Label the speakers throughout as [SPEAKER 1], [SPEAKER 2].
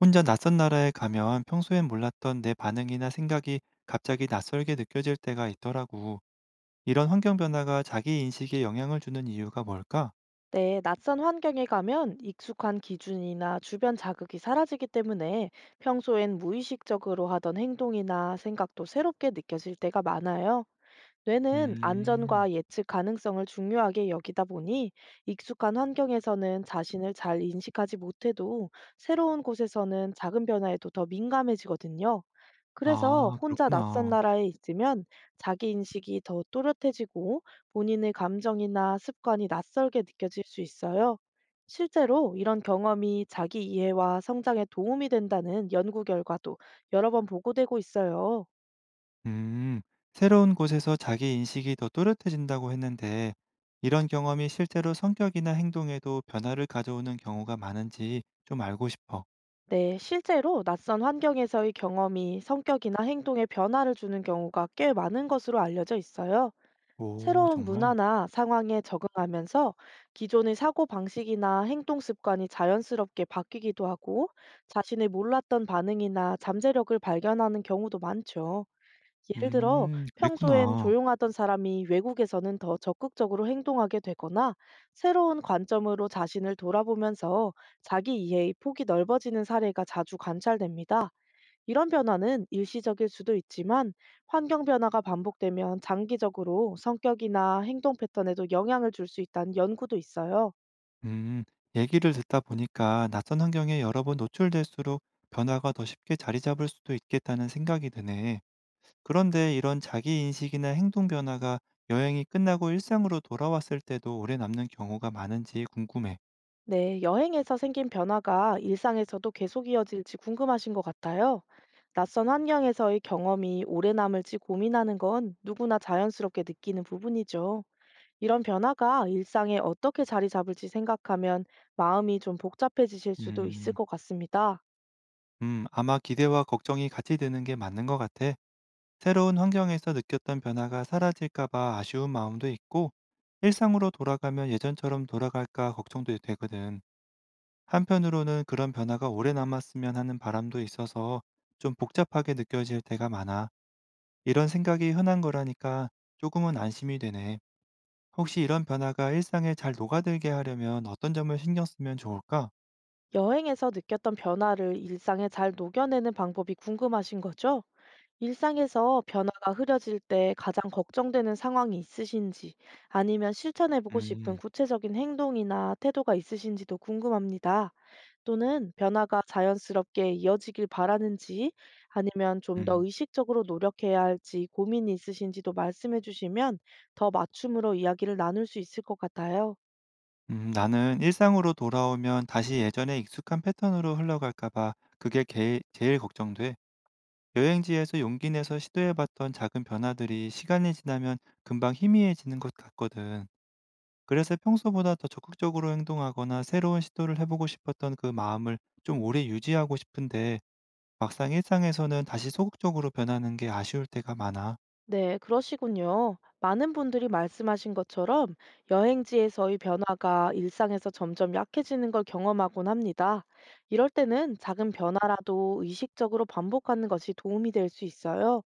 [SPEAKER 1] 혼자 낯선 나라에 가면 평소엔 몰랐던 내 반응이나 생각이 갑자기 낯설게 느껴질 때가 있더라고. 이런 환경 변화가 자기 인식에 영향을 주는 이유가 뭘까?
[SPEAKER 2] 네, 낯선 환경에 가면 익숙한 기준이나 주변 자극이 사라지기 때문에 평소엔 무의식적으로 하던 행동이나 생각도 새롭게 느껴질 때가 많아요. 뇌는
[SPEAKER 1] 음,
[SPEAKER 2] 안전과 예측 가능성을 중요하게 여기다 보니 익숙한 환경에서는 자신을 잘 인식하지 못해도 새로운 곳에서는 작은 변화에도 더 민감해지거든요. 그래서
[SPEAKER 1] 아,
[SPEAKER 2] 혼자 낯선
[SPEAKER 1] 그렇구나.
[SPEAKER 2] 나라에 있으면 자기 인식이 더 또렷해지고, 본인의 감정이나 습관이 낯설게 느껴질 수 있어요. 실제로 이런 경험이 자기 이해와 성장에 도움이 된다는 연구 결과도 여러 번 보고되고 있어요.
[SPEAKER 1] 음, 새로운 곳에서 자기 인식이 더 또렷해진다고 했는데, 이런 경험이 실제로 성격이나 행동에도 변화를 가져오는 경우가 많은지 좀 알고 싶어.
[SPEAKER 2] 네, 실제로 낯선 환경에서의 경험이 성격이나 행동에 변화를 주는 경우가 꽤 많은 것으로 알려져 있어요.
[SPEAKER 1] 오,
[SPEAKER 2] 새로운
[SPEAKER 1] 정말?
[SPEAKER 2] 문화나 상황에 적응하면서 기존의 사고 방식이나 행동 습관이 자연스럽게 바뀌기도 하고, 자신의 몰랐던 반응이나 잠재력을 발견하는 경우도 많죠. 예를 들어 평소엔
[SPEAKER 1] 그랬구나.
[SPEAKER 2] 조용하던 사람이 외국에서는 더 적극적으로 행동하게 되거나, 새로운 관점으로 자신을 돌아보면서 자기 이해의 폭이 넓어지는 사례가 자주 관찰됩니다. 이런 변화는 일시적일 수도 있지만, 환경 변화가 반복되면 장기적으로 성격이나 행동 패턴에도 영향을 줄 수 있다는 연구도 있어요.
[SPEAKER 1] 음, 얘기를 듣다 보니까 낯선 환경에 여러 번 노출될수록 변화가 더 쉽게 자리 잡을 수도 있겠다는 생각이 드네. 그런데 이런 자기 인식이나 행동 변화가 여행이 끝나고 일상으로 돌아왔을 때도 오래 남는 경우가 많은지 궁금해.
[SPEAKER 2] 네, 여행에서 생긴 변화가 일상에서도 계속 이어질지 궁금하신 것 같아요. 낯선 환경에서의 경험이 오래 남을지 고민하는 건 누구나 자연스럽게 느끼는 부분이죠. 이런 변화가 일상에 어떻게 자리 잡을지 생각하면 마음이 좀 복잡해지실 수도 있을
[SPEAKER 1] 음,
[SPEAKER 2] 것 같습니다.
[SPEAKER 1] 아마 기대와 걱정이 같이 드는 게 맞는 것 같아. 새로운 환경에서 느꼈던 변화가 사라질까 봐 아쉬운 마음도 있고, 일상으로 돌아가면 예전처럼 돌아갈까 걱정도 되거든. 한편으로는 그런 변화가 오래 남았으면 하는 바람도 있어서 좀 복잡하게 느껴질 때가 많아. 이런 생각이 흔한 거라니까 조금은 안심이 되네. 혹시 이런 변화가 일상에 잘 녹아들게 하려면 어떤 점을 신경 쓰면 좋을까?
[SPEAKER 2] 여행에서 느꼈던 변화를 일상에 잘 녹여내는 방법이 궁금하신 거죠? 일상에서 변화가 흐려질 때 가장 걱정되는 상황이 있으신지, 아니면 실천해보고 싶은
[SPEAKER 1] 음,
[SPEAKER 2] 구체적인 행동이나 태도가 있으신지도 궁금합니다. 또는 변화가 자연스럽게 이어지길 바라는지, 아니면 좀 더
[SPEAKER 1] 음,
[SPEAKER 2] 의식적으로 노력해야 할지 고민이 있으신지도 말씀해 주시면 더 맞춤으로 이야기를 나눌 수 있을 것 같아요.
[SPEAKER 1] 나는 일상으로 돌아오면 다시 예전에 익숙한 패턴으로 흘러갈까봐 그게 제일 걱정돼. 여행지에서 용기 내서 시도해봤던 작은 변화들이 시간이 지나면 금방 희미해지는 것 같거든. 그래서 평소보다 더 적극적으로 행동하거나 새로운 시도를 해보고 싶었던 그 마음을 좀 오래 유지하고 싶은데 막상 일상에서는 다시 소극적으로 변하는 게 아쉬울 때가 많아.
[SPEAKER 2] 네, 그러시군요. 많은 분들이 말씀하신 것처럼 여행지에서의 변화가 일상에서 점점 약해지는 걸 경험하곤 합니다. 이럴 때는 작은 변화라도 의식적으로 반복하는 것이 도움이 될 수 있어요.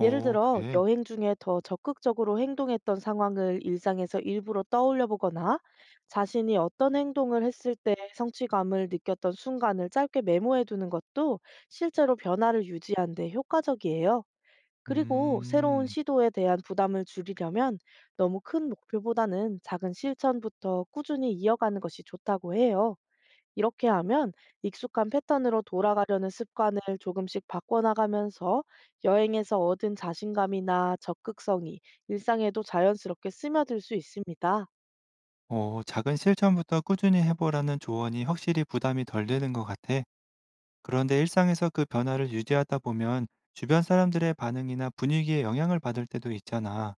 [SPEAKER 2] 예를 들어,
[SPEAKER 1] 그래.
[SPEAKER 2] 여행 중에 더 적극적으로 행동했던 상황을 일상에서 일부러 떠올려 보거나, 자신이 어떤 행동을 했을 때 성취감을 느꼈던 순간을 짧게 메모해 두는 것도 실제로 변화를 유지하는 데 효과적이에요. 그리고 새로운
[SPEAKER 1] 음,
[SPEAKER 2] 시도에 대한 부담을 줄이려면 너무 큰 목표보다는 작은 실천부터 꾸준히 이어가는 것이 좋다고 해요. 이렇게 하면 익숙한 패턴으로 돌아가려는 습관을 조금씩 바꿔나가면서 여행에서 얻은 자신감이나 적극성이 일상에도 자연스럽게 스며들 수 있습니다.
[SPEAKER 1] 작은 실천부터 꾸준히 해보라는 조언이 확실히 부담이 덜 되는 것 같아. 그런데 일상에서 그 변화를 유지하다 보면 주변 사람들의 반응이나 분위기에 영향을 받을 때도 있잖아.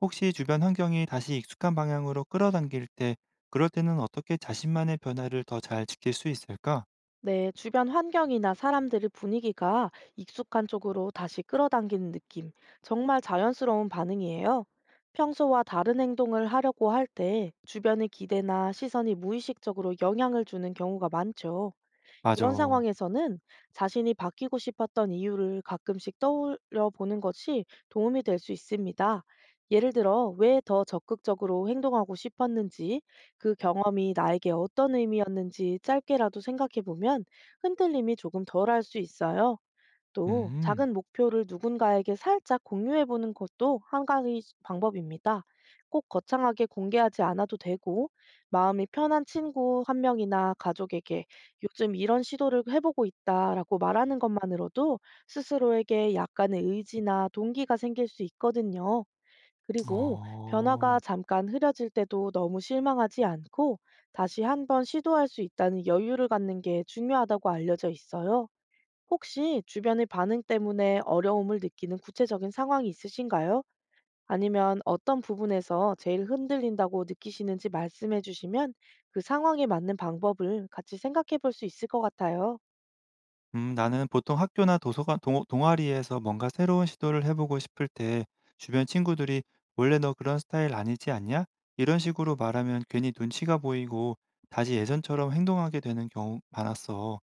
[SPEAKER 1] 혹시 주변 환경이 다시 익숙한 방향으로 끌어당길 때, 그럴 때는 어떻게 자신만의 변화를 더 잘 지킬 수 있을까?
[SPEAKER 2] 네, 주변 환경이나 사람들의 분위기가 익숙한 쪽으로 다시 끌어당기는 느낌. 정말 자연스러운 반응이에요. 평소와 다른 행동을 하려고 할 때 주변의 기대나 시선이 무의식적으로 영향을 주는 경우가 많죠. 이런
[SPEAKER 1] 맞아.
[SPEAKER 2] 상황에서는 자신이 바뀌고 싶었던 이유를 가끔씩 떠올려 보는 것이 도움이 될 수 있습니다. 예를 들어, 왜 더 적극적으로 행동하고 싶었는지, 그 경험이 나에게 어떤 의미였는지 짧게라도 생각해 보면 흔들림이 조금 덜할 수 있어요. 또
[SPEAKER 1] 음,
[SPEAKER 2] 작은 목표를 누군가에게 살짝 공유해 보는 것도 한 가지 방법입니다. 꼭 거창하게 공개하지 않아도 되고, 마음이 편한 친구 한 명이나 가족에게 "요즘 이런 시도를 해보고 있다라고 말하는 것만으로도 스스로에게 약간의 의지나 동기가 생길 수 있거든요. 그리고
[SPEAKER 1] 어.
[SPEAKER 2] 변화가 잠깐 흐려질 때도 너무 실망하지 않고 다시 한 번 시도할 수 있다는 여유를 갖는 게 중요하다고 알려져 있어요. 혹시 주변의 반응 때문에 어려움을 느끼는 구체적인 상황이 있으신가요? 아니면 어떤 부분에서 제일 흔들린다고 느끼시는지 말씀해 주시면 그 상황에 맞는 방법을 같이 생각해 볼 수 있을 것 같아요.
[SPEAKER 1] 나는 보통 학교나 도서관, 동아리에서 뭔가 새로운 시도를 해보고 싶을 때, 주변 친구들이 원래 너 그런 스타일 아니지 않냐? 이런 식으로 말하면 괜히 눈치가 보이고, 다시 예전처럼 행동하게 되는 경우 많았어.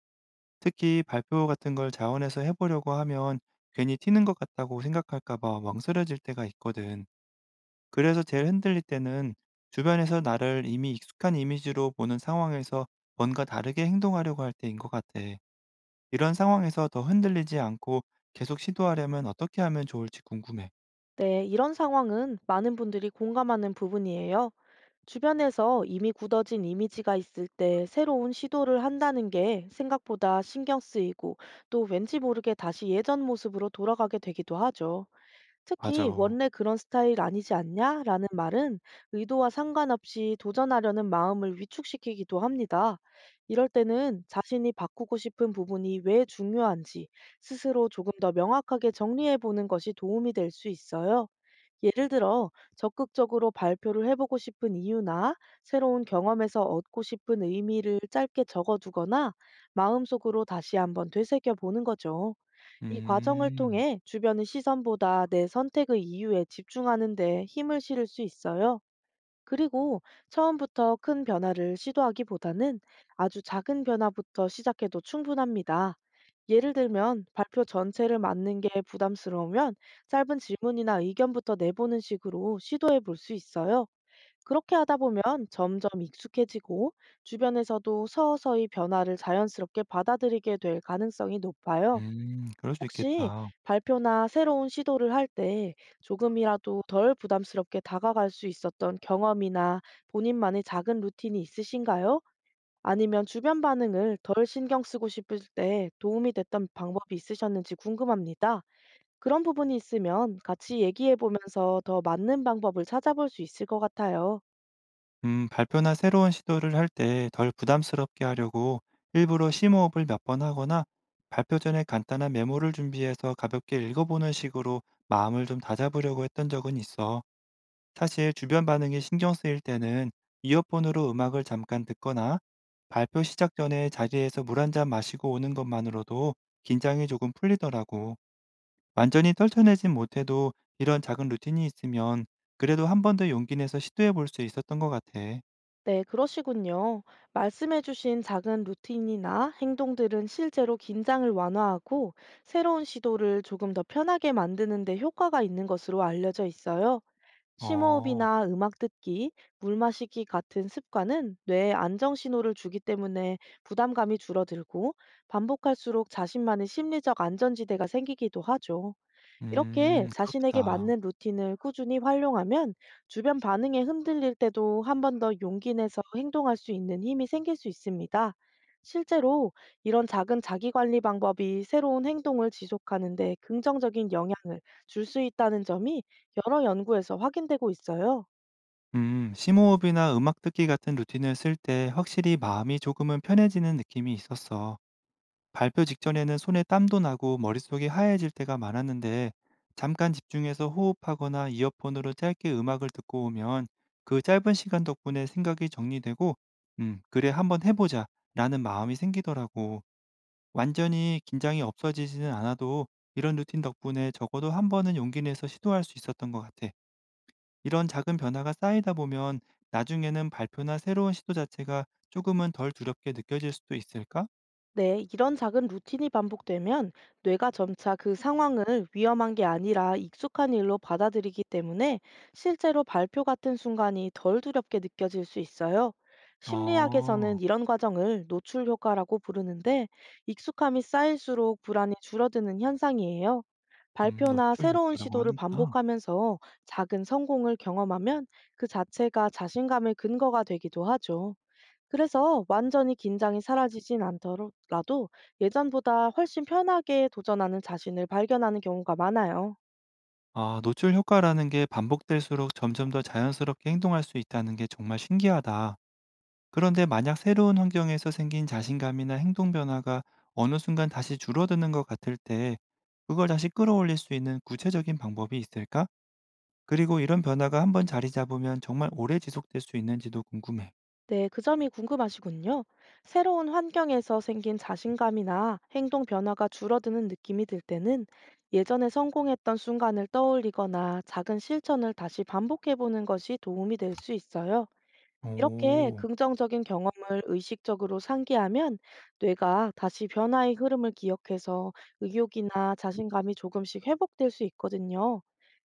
[SPEAKER 1] 특히 발표 같은 걸 자원해서 해 보려고 하면 괜히 튀는 것 같다고 생각할까 봐 망설여질 때가 있거든. 그래서 제일 흔들릴 때는 주변에서 나를 이미 익숙한 이미지로 보는 상황에서 뭔가 다르게 행동하려고 할 때인 것 같아. 이런 상황에서 더 흔들리지 않고 계속 시도하려면 어떻게 하면 좋을지 궁금해.
[SPEAKER 2] 네, 이런 상황은 많은 분들이 공감하는 부분이에요. 주변에서 이미 굳어진 이미지가 있을 때 새로운 시도를 한다는 게 생각보다 신경 쓰이고, 또 왠지 모르게 다시 예전 모습으로 돌아가게 되기도 하죠. 특히
[SPEAKER 1] 맞아.
[SPEAKER 2] "원래 그런 스타일 아니지 않냐?"라는 말은 의도와 상관없이 도전하려는 마음을 위축시키기도 합니다. 이럴 때는 자신이 바꾸고 싶은 부분이 왜 중요한지 스스로 조금 더 명확하게 정리해 보는 것이 도움이 될 수 있어요. 예를 들어 적극적으로 발표를 해보고 싶은 이유나 새로운 경험에서 얻고 싶은 의미를 짧게 적어 두거나 마음속으로 다시 한번 되새겨 보는 거죠. 이 과정을
[SPEAKER 1] 음.
[SPEAKER 2] 통해 주변의 시선보다 내 선택의 이유에 집중하는 데 힘을 실을 수 있어요. 그리고 처음부터 큰 변화를 시도하기보다는 아주 작은 변화부터 시작해도 충분합니다. 예를 들면 발표 전체를 맡는 게 부담스러우면 짧은 질문이나 의견부터 내보는 식으로 시도해 볼 수 있어요. 그렇게 하다 보면 점점 익숙해지고, 주변에서도 서서히 변화를 자연스럽게 받아들이게 될 가능성이 높아요.
[SPEAKER 1] 음. 그럴 수
[SPEAKER 2] 혹시
[SPEAKER 1] 있겠다.
[SPEAKER 2] 발표나 새로운 시도를 할 때 조금이라도 덜 부담스럽게 다가갈 수 있었던 경험이나 본인만의 작은 루틴이 있으신가요? 아니면 주변 반응을 덜 신경 쓰고 싶을 때 도움이 됐던 방법이 있으셨는지 궁금합니다. 그런 부분이 있으면 같이 얘기해 보면서 더 맞는 방법을 찾아볼 수 있을 것 같아요.
[SPEAKER 1] 발표나 새로운 시도를 할 때 덜 부담스럽게 하려고 일부러 심호흡을 몇 번 하거나 발표 전에 간단한 메모를 준비해서 가볍게 읽어보는 식으로 마음을 좀 다잡으려고 했던 적은 있어. 사실 주변 반응이 신경 쓰일 때는 이어폰으로 음악을 잠깐 듣거나 발표 시작 전에 자리에서 물 한 잔 마시고 오는 것만으로도 긴장이 조금 풀리더라고. 완전히 떨쳐내진 못해도 이런 작은 루틴이 있으면 그래도 한 번 더 용기 내서 시도해 볼 수 있었던 것 같아.
[SPEAKER 2] 네, 그러시군요. 말씀해주신 작은 루틴이나 행동들은 실제로 긴장을 완화하고 새로운 시도를 조금 더 편하게 만드는 데 효과가 있는 것으로 알려져 있어요.
[SPEAKER 1] 어.
[SPEAKER 2] 심호흡이나 음악 듣기, 물 마시기 같은 습관은 뇌에 안정 신호를 주기 때문에 부담감이 줄어들고, 반복할수록 자신만의 심리적 안전지대가 생기기도 하죠. 이렇게 자신에게
[SPEAKER 1] 그렇겠다.
[SPEAKER 2] 맞는 루틴을 꾸준히 활용하면 주변 반응에 흔들릴 때도 한 번 더 용기 내서 행동할 수 있는 힘이 생길 수 있습니다. 실제로 이런 작은 자기관리 방법이 새로운 행동을 지속하는 데 긍정적인 영향을 줄 수 있다는 점이 여러 연구에서 확인되고 있어요.
[SPEAKER 1] 심호흡이나 음악 듣기 같은 루틴을 쓸 때 확실히 마음이 조금은 편해지는 느낌이 있었어. 발표 직전에는 손에 땀도 나고 머릿속이 하얘질 때가 많았는데 잠깐 집중해서 호흡하거나 이어폰으로 짧게 음악을 듣고 오면 그 짧은 시간 덕분에 생각이 정리되고 '음 그래 한번 해 보자.'라는 마음이 생기더라고. 완전히 긴장이 없어지지는 않아도 이런 루틴 덕분에 적어도 한 번은 용기 내서 시도할 수 있었던 것 같아. 이런 작은 변화가 쌓이다 보면 나중에는 발표나 새로운 시도 자체가 조금은 덜 두렵게 느껴질 수도 있을까?
[SPEAKER 2] 네, 이런 작은 루틴이 반복되면 뇌가 점차 그 상황을 위험한 게 아니라 익숙한 일로 받아들이기 때문에 실제로 발표 같은 순간이 덜 두렵게 느껴질 수 있어요. 심리학에서는
[SPEAKER 1] 어,
[SPEAKER 2] 이런 과정을 노출 효과라고 부르는데, 익숙함이 쌓일수록 불안이 줄어드는 현상이에요. 발표나
[SPEAKER 1] 노출
[SPEAKER 2] 새로운
[SPEAKER 1] 효과라고
[SPEAKER 2] 시도를
[SPEAKER 1] 하는구나.
[SPEAKER 2] 반복하면서 작은 성공을 경험하면 그 자체가 자신감의 근거가 되기도 하죠. 그래서 완전히 긴장이 사라지진 않더라도 예전보다 훨씬 편하게 도전하는 자신을 발견하는 경우가 많아요.
[SPEAKER 1] 아, 노출 효과라는 게 반복될수록 점점 더 자연스럽게 행동할 수 있다는 게 정말 신기하다. 그런데 만약 새로운 환경에서 생긴 자신감이나 행동 변화가 어느 순간 다시 줄어드는 것 같을 때 그걸 다시 끌어올릴 수 있는 구체적인 방법이 있을까? 그리고 이런 변화가 한번 자리 잡으면 정말 오래 지속될 수 있는지도 궁금해.
[SPEAKER 2] 네, 그 점이 궁금하시군요. 새로운 환경에서 생긴 자신감이나 행동 변화가 줄어드는 느낌이 들 때는 예전에 성공했던 순간을 떠올리거나 작은 실천을 다시 반복해보는 것이 도움이 될 수 있어요. 이렇게
[SPEAKER 1] 오,
[SPEAKER 2] 긍정적인 경험을 의식적으로 상기하면 뇌가 다시 변화의 흐름을 기억해서 의욕이나 자신감이 조금씩 회복될 수 있거든요.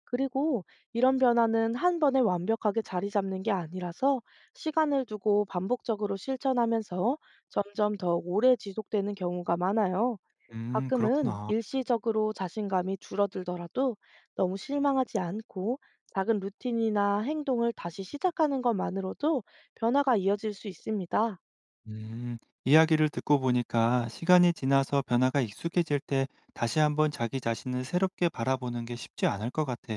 [SPEAKER 2] 그리고 이런 변화는 한 번에 완벽하게 자리 잡는 게 아니라서 시간을 두고 반복적으로 실천하면서 점점 더 오래 지속되는 경우가 많아요. 가끔은
[SPEAKER 1] 그렇구나.
[SPEAKER 2] 일시적으로 자신감이 줄어들더라도 너무 실망하지 않고 작은 루틴이나 행동을 다시 시작하는 것만으로도 변화가 이어질 수 있습니다.
[SPEAKER 1] 음, 이야기를 듣고 보니까 시간이 지나서 변화가 익숙해질 때 다시 한번 자기 자신을 새롭게 바라보는 게 쉽지 않을 것 같아.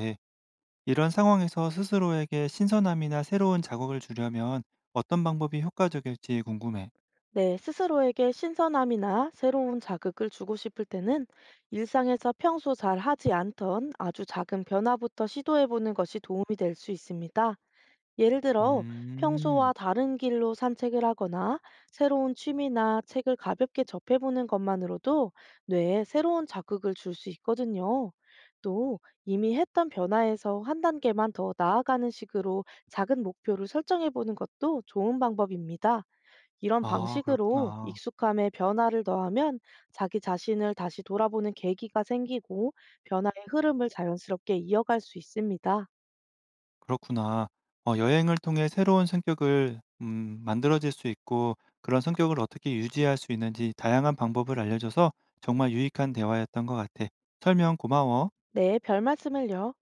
[SPEAKER 1] 이런 상황에서 스스로에게 신선함이나 새로운 자극을 주려면 어떤 방법이 효과적일지 궁금해.
[SPEAKER 2] 네, 스스로에게 신선함이나 새로운 자극을 주고 싶을 때는 일상에서 평소 잘 하지 않던 아주 작은 변화부터 시도해 보는 것이 도움이 될 수 있습니다. 예를 들어 평소와
[SPEAKER 1] 음,
[SPEAKER 2] 다른 길로 산책을 하거나 새로운 취미나 책을 가볍게 접해보는 것만으로도 뇌에 새로운 자극을 줄 수 있거든요. 또 이미 했던 변화에서 한 단계만 더 나아가는 식으로 작은 목표를 설정해보는 것도 좋은 방법입니다. 이런
[SPEAKER 1] 아,
[SPEAKER 2] 방식으로
[SPEAKER 1] 그렇구나.
[SPEAKER 2] 익숙함에 변화를 더하면 자기 자신을 다시 돌아보는 계기가 생기고, 변화의 흐름을 자연스럽게 이어갈 수 있습니다.
[SPEAKER 1] 그렇구나. 여행을 통해 새로운 성격을 만들어질 수 있고 그런 성격을 어떻게 유지할 수 있는지 다양한 방법을 알려줘서 정말 유익한 대화였던 것 같아. 설명 고마워.
[SPEAKER 2] 네, 별 말씀을요.